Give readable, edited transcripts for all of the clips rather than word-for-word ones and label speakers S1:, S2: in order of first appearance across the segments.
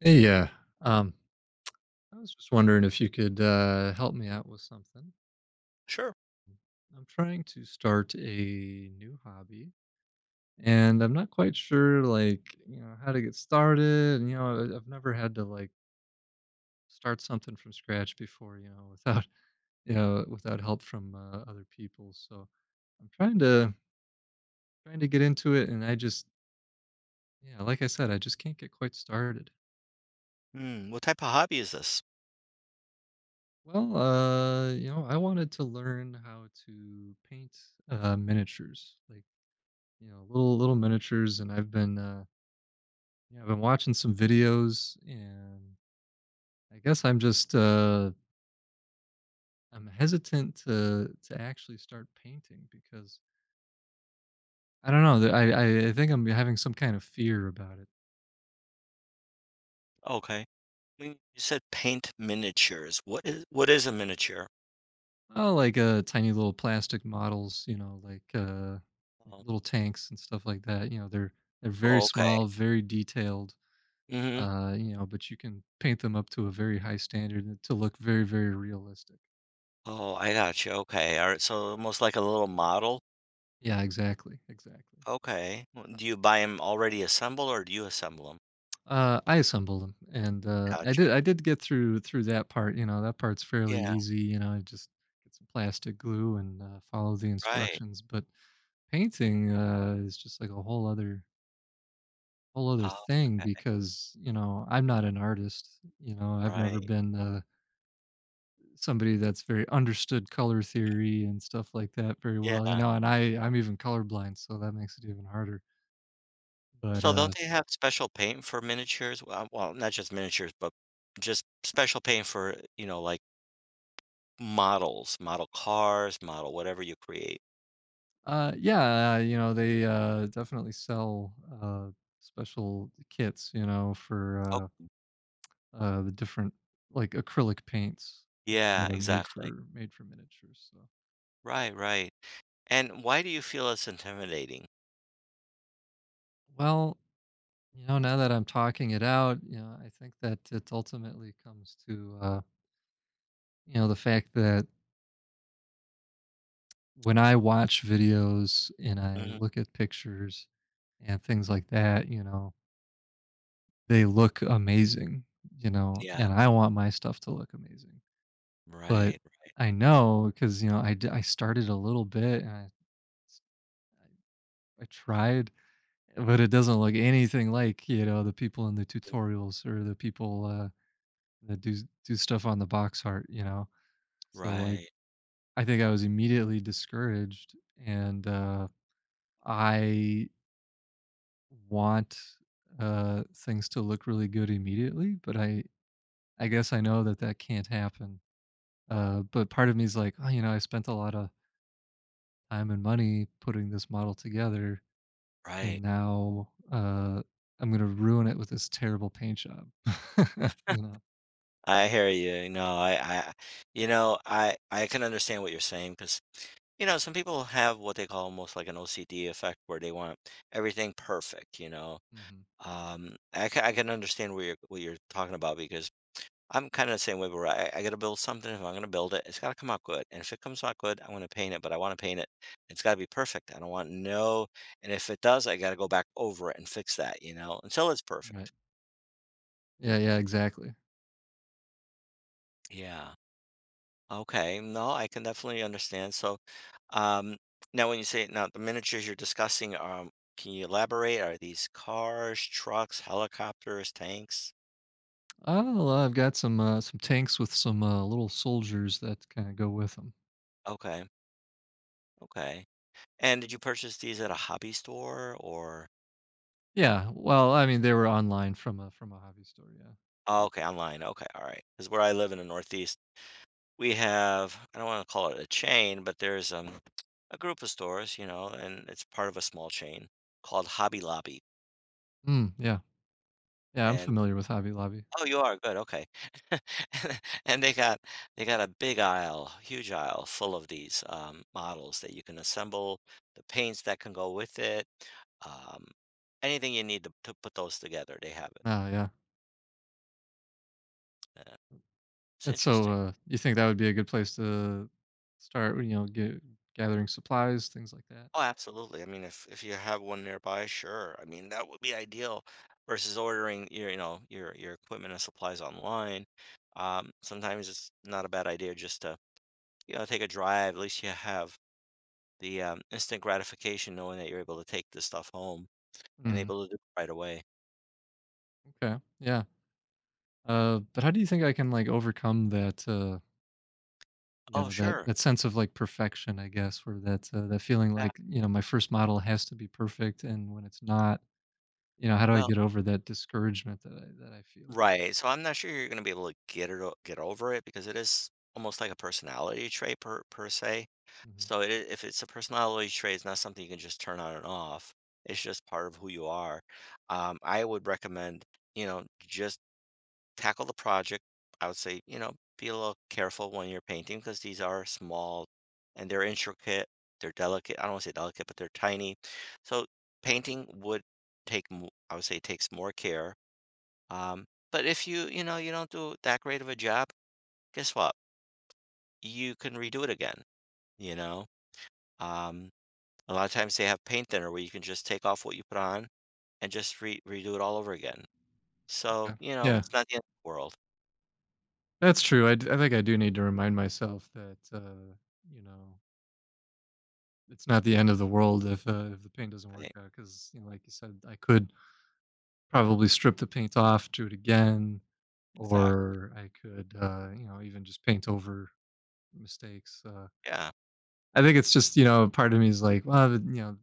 S1: Hey, yeah. Um, I was just wondering if you could help me out with something.
S2: Sure.
S1: I'm trying to start a new hobby, and I'm not quite sure, like, you know, how to get started. And you know, I've never had to like start something from scratch before, you know, without you know without help from other people. So I'm trying to trying to get into it, and I just yeah, like I said, I just can't get quite started.
S2: Hmm. What type of hobby is this?
S1: Well, you know, I wanted to learn how to paint miniatures, like you know, little miniatures, and you know, I've been watching some videos, and I guess I'm just, uh, I'm hesitant to actually start painting because I don't know that I think I'm having some kind of fear about it.
S2: Okay. When you said paint miniatures. What is a miniature?
S1: Oh, like tiny little plastic models, you know, like
S2: Oh,
S1: little tanks and stuff like that. You know, they're very
S2: oh, okay.
S1: small, very detailed.
S2: Hmm.
S1: You know, but you can paint them up to a very high standard and to look very, very realistic.
S2: Oh, I got you. Okay. All right. So almost like a little model.
S1: Yeah, exactly, exactly.
S2: Okay. Well, do you buy them already assembled or do you assemble them?
S1: I assembled them, and
S2: Gotcha.
S1: I did get through that part. You know, that part's fairly
S2: Yeah.
S1: easy. You know, I just get some plastic glue and follow the
S2: Right.
S1: instructions. But painting is just like a whole other
S2: Oh.
S1: thing
S2: Okay.
S1: because you know I'm not an artist. You know, I've never
S2: Right.
S1: been. Somebody that's very understood color theory and stuff like that very well, you
S2: Yeah.
S1: know, and I'm even colorblind, so that makes it even harder. But,
S2: So don't they have special paint for miniatures? Well, not just miniatures, but just special paint for, you know, like models, model cars, model whatever you create.
S1: yeah, you know, definitely sell, uh, special kits, you know, for, the different, like, acrylic paints, you know,
S2: Yeah,
S1: that are
S2: exactly.
S1: made for miniatures, so
S2: Right. And why do you feel it's intimidating?
S1: well, you know, now that I'm talking it out, you know, I think that it ultimately comes to, you know, the fact that when I watch videos and I
S2: Mhm.
S1: look at pictures and things like that, you know, they look amazing, you know,
S2: Yeah.
S1: and I want my stuff to look amazing. But
S2: Right,
S1: I know because, you know, I started a little bit and I tried, but it doesn't look anything like, you know, the people in the tutorials or the people that do stuff on the box art, you know? So, like,
S2: right,
S1: I think I was immediately discouraged and, I want, things to look really good immediately, but I guess I know that that can't happen. But part of me is like, "Oh, you know, I spent a lot of time and money putting this model together, and
S2: right.
S1: now, I'm gonna ruin it with this terrible paint job." You know?
S2: I hear you. No, I I can understand what you're saying because some people have what they call almost like an OCD effect where they want everything perfect, you know?
S1: Mhm.
S2: I can understand what you're talking about because I'm kind of the same way where I got to build something. If I'm going to build it, it's got to come out good. And if it comes out good, I'm going to paint it, but I want to paint it. It's got to be perfect. I don't want no. And if it does, I got to go back over it and fix that, you know, until it's perfect.
S1: Right. Yeah, yeah, exactly.
S2: Yeah. Okay. No, I can definitely understand. Um, now when you say now the miniatures you're discussing, can you elaborate? Are these cars, trucks, helicopters, tanks?
S1: Oh, well, I've got some tanks with some, little soldiers that kinda go with them.
S2: Okay. Okay. And did you purchase these at a hobby store or?
S1: Yeah, well, I mean, they were online from a hobby store, yeah.
S2: Oh, okay, online, okay, all right. Alright, 'cause where I live in the Northeast, we have, I don't wanna call it a chain, but there's, a group of stores, you know, and it's part of a small chain called Hobby Lobby,
S1: Mm, yeah. Yeah, I'm
S2: and
S1: familiar with Hobby Lobby.
S2: oh, you are? Good, okay. And they got a big aisle, huge aisle full of these, models that you can assemble, the paints that can go with it, um, anything you need to put those together, they have it.
S1: Ah, yeah.
S2: Yeah, it's
S1: And so,
S2: interesting.
S1: you think that would be a good place to start, you know, get gathering supplies, things like that?
S2: Oh, absolutely. I mean, if you have one nearby, sure. I mean, that would be ideal versus ordering your, you know, your equipment and supplies online. Sometimes it's not a bad idea just to, you know, take a drive. At least you have the instant gratification, knowing that you're able to take this stuff home and
S1: Mhm.
S2: able to do it right away.
S1: Okay. Yeah. But how do you think I can like overcome that, you
S2: Oh,
S1: know,
S2: sure.
S1: that sense of like perfection, I guess, or that that feeling
S2: Yeah.
S1: like you know my first model has to be perfect, and when it's not, you know, how do I
S2: Well,
S1: get over that discouragement that I feel?
S2: Right. So I'm not sure you're going to be able to get over it because it is almost like a personality trait, per se.
S1: Mhm.
S2: So if it's a personality trait, it's not something you can just turn on and off. It's just part of who you are. I would recommend, you know, just tackle the project. I would say, you know, be a little careful when you're painting because these are small and they're intricate. They're delicate. I don't want to say delicate, but they're tiny. So painting would I would say, takes more care, but if you, you know, you don't do that great of a job, guess what? You can redo it again, you know? Um, a lot of times they have paint thinner where you can just take off what you put on and just re redo it all over again. So,
S1: Okay.
S2: you know,
S1: Yeah,
S2: it's not the end of the world.
S1: that's true. I think I do need to remind myself that you know it's not the end of the world if the paint doesn't
S2: I
S1: work
S2: think.
S1: out because you know, like you said, I could probably strip the paint off, do it again,
S2: Exactly.
S1: or I could you know even just paint over mistakes.
S2: Yeah.
S1: I think it's just you know part of me is like, well, you know,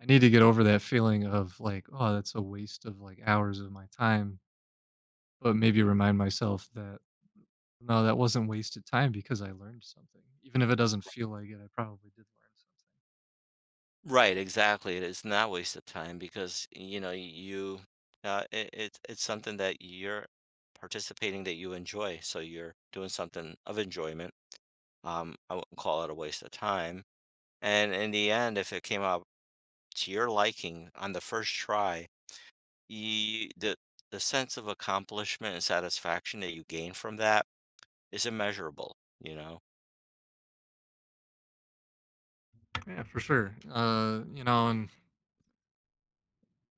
S1: I need to get over that feeling of like, oh, that's a waste of like hours of my time, but maybe remind myself that no, that wasn't wasted time because I learned something. Even if it doesn't feel like it, I probably did learn
S2: Right, exactly. It is not waste of time because, you know, you it's something that you're participating that you enjoy. So you're doing something of enjoyment. I wouldn't call it a waste of time. And in the end, if it came out to your liking on the first try, you the sense of accomplishment and satisfaction that you gain from that is immeasurable, you know?
S1: something. Yeah, for sure. You know, and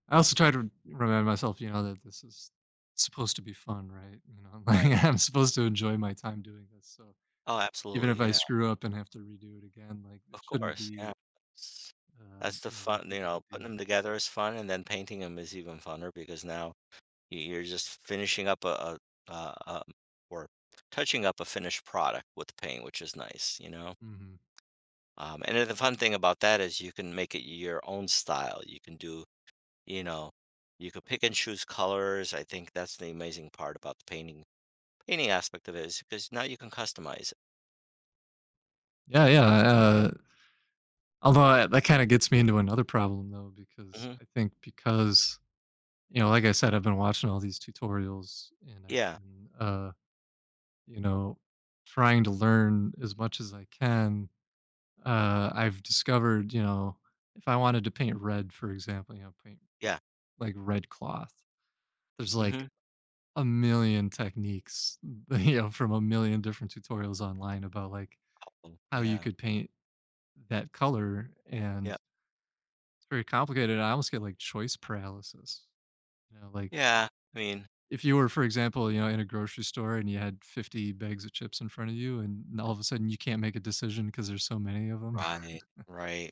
S1: I also try to remind myself, you know, that this is supposed to be fun, right? You know,
S2: Right.
S1: like I'm supposed to enjoy my time doing this. So
S2: Oh,
S1: even
S2: absolutely.
S1: if I
S2: Yeah.
S1: screw up and have to redo it again, like it
S2: Of
S1: shouldn't
S2: course.
S1: be,
S2: Yeah. That's that's the
S1: you know, that
S2: fun,
S1: big
S2: you
S1: of
S2: know,
S1: a
S2: putting
S1: deal.
S2: them together is fun and then painting them is even funner because now you're just finishing up a, or touching up a finished product with paint, which is nice, you know?
S1: Hmm.
S2: And then the fun thing about that is you can make it your own style. You can do, you know, you could pick and choose colors. I think that's the amazing part about the painting aspect of it is because now you can customize it.
S1: Yeah, yeah. That kind of gets me into another problem though, because
S2: Hmm.
S1: I think because you know, like I said, I've been watching all these tutorials and
S2: Yeah,
S1: you know, trying to learn as much as I can. I've discovered, you know, if I wanted to paint red, for example, you know, paint
S2: yeah,
S1: like red cloth, there's like
S2: hmm,
S1: a million techniques, you know, from a million different tutorials online about like how you
S2: yeah,
S1: could paint that color. And
S2: yeah,
S1: it's very complicated. I almost get like choice paralysis. You know, like
S2: yeah. I mean,
S1: if you were, for example, you know, in a grocery store and you had 50 bags of chips in front of you and all of a sudden you can't make a decision because there's so many of them.
S2: right, right,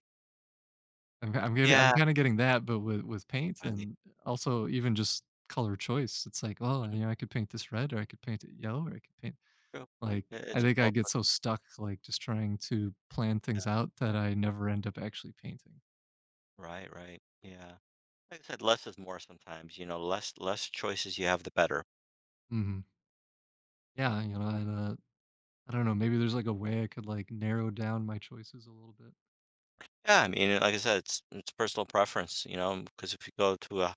S1: I'm
S2: yeah,
S1: kinda getting that, but with paint
S2: right.
S1: and also even just color choice, it's like, "Oh,
S2: Mhm.
S1: you know, I could paint this red or I could paint it yellow or I could paint"
S2: True.
S1: like,
S2: Yeah,
S1: I
S2: it's
S1: think I
S2: all
S1: get
S2: part-
S1: so stuck, like, just trying to plan things out that I never end up actually painting.
S2: right, right. Yeah, like I said, less is more sometimes. You know, less choices you have, the better.
S1: Mhm. Yeah, you know, and, I don't know, maybe there's, like, a way I could, like, narrow down my choices a little bit.
S2: Yeah, I mean, like I said, it's personal preference, you know, because if you go to a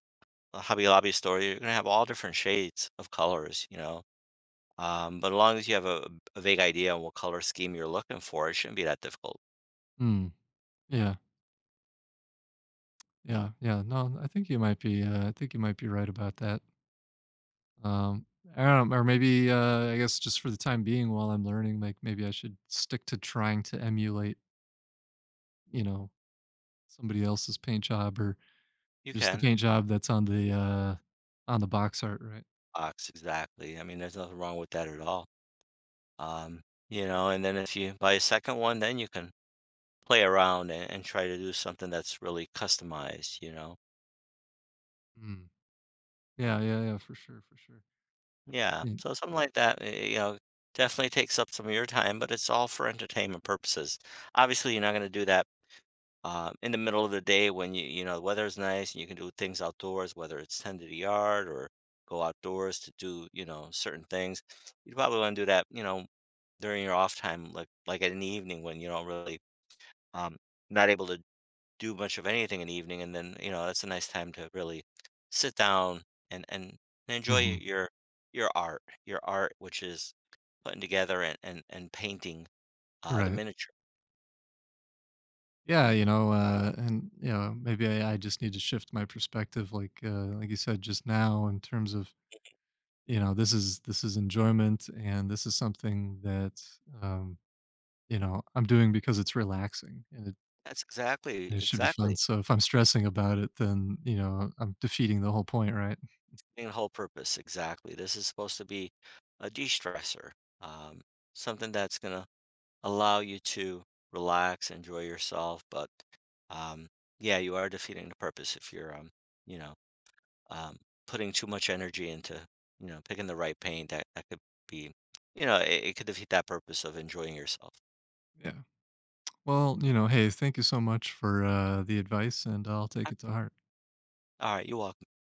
S2: a Hobby Lobby store, you're gonna have all different shades of colors, you know. But as long as you have a vague idea on what color scheme you're looking for, it shouldn't be that difficult.
S1: Mm. Yeah. Yeah. Yeah. No, I think you might be, I think you might be right about that. Um, I don't know, or maybe, I guess just for the time being while I'm learning, like, maybe I should stick to trying to emulate, you know, somebody else's paint job or
S2: You
S1: just the
S2: can
S1: paint job that's on the box art, right?
S2: box exactly. I mean, there's nothing wrong with that at all. Um, you know, and then if you buy a second one, then you can play around and try to do something that's really customized. You know,
S1: Mm. Yeah, yeah, yeah, for sure, for sure.
S2: yeah.
S1: Mm,
S2: So something like that, eh, you know, definitely takes up some of your time, but it's all for entertainment purposes. Obviously, you're not gonna do that in the middle of the day when you know, the weather's nice and you can do things outdoors, whether it's tend to the yard or go outdoors to do, you know, certain things. You probably want to do that, you know, during your off time, like in the evening when you don't really um not able to do much of anything in the evening, and then you know that's a nice time to really sit down and and, and enjoy
S1: mhm,
S2: your your art, which is putting together and painting the
S1: right.
S2: miniature.
S1: Yeah, you know, and, you know, maybe I just need to shift my perspective like you said just now in terms of, you know, this is enjoyment and this is something that, um you know, I'm doing because it's relaxing
S2: That's
S1: and it should be fun.
S2: exactly
S1: So if I'm stressing about it, then, you know, I'm defeating the whole point, right?
S2: main whole purpose, exactly, this is supposed to be a de-stressor, um, something that's going to allow you to relax, enjoy yourself, but um, yeah, you are defeating the purpose if you're, you know, um, putting too much energy into, you know, picking the right paint, that could be, you know, it could defeat that purpose of enjoying yourself.
S1: Yeah. Well, you know, hey, thank you so much for the advice, and I'll take it to heart.
S2: All right, you welcome.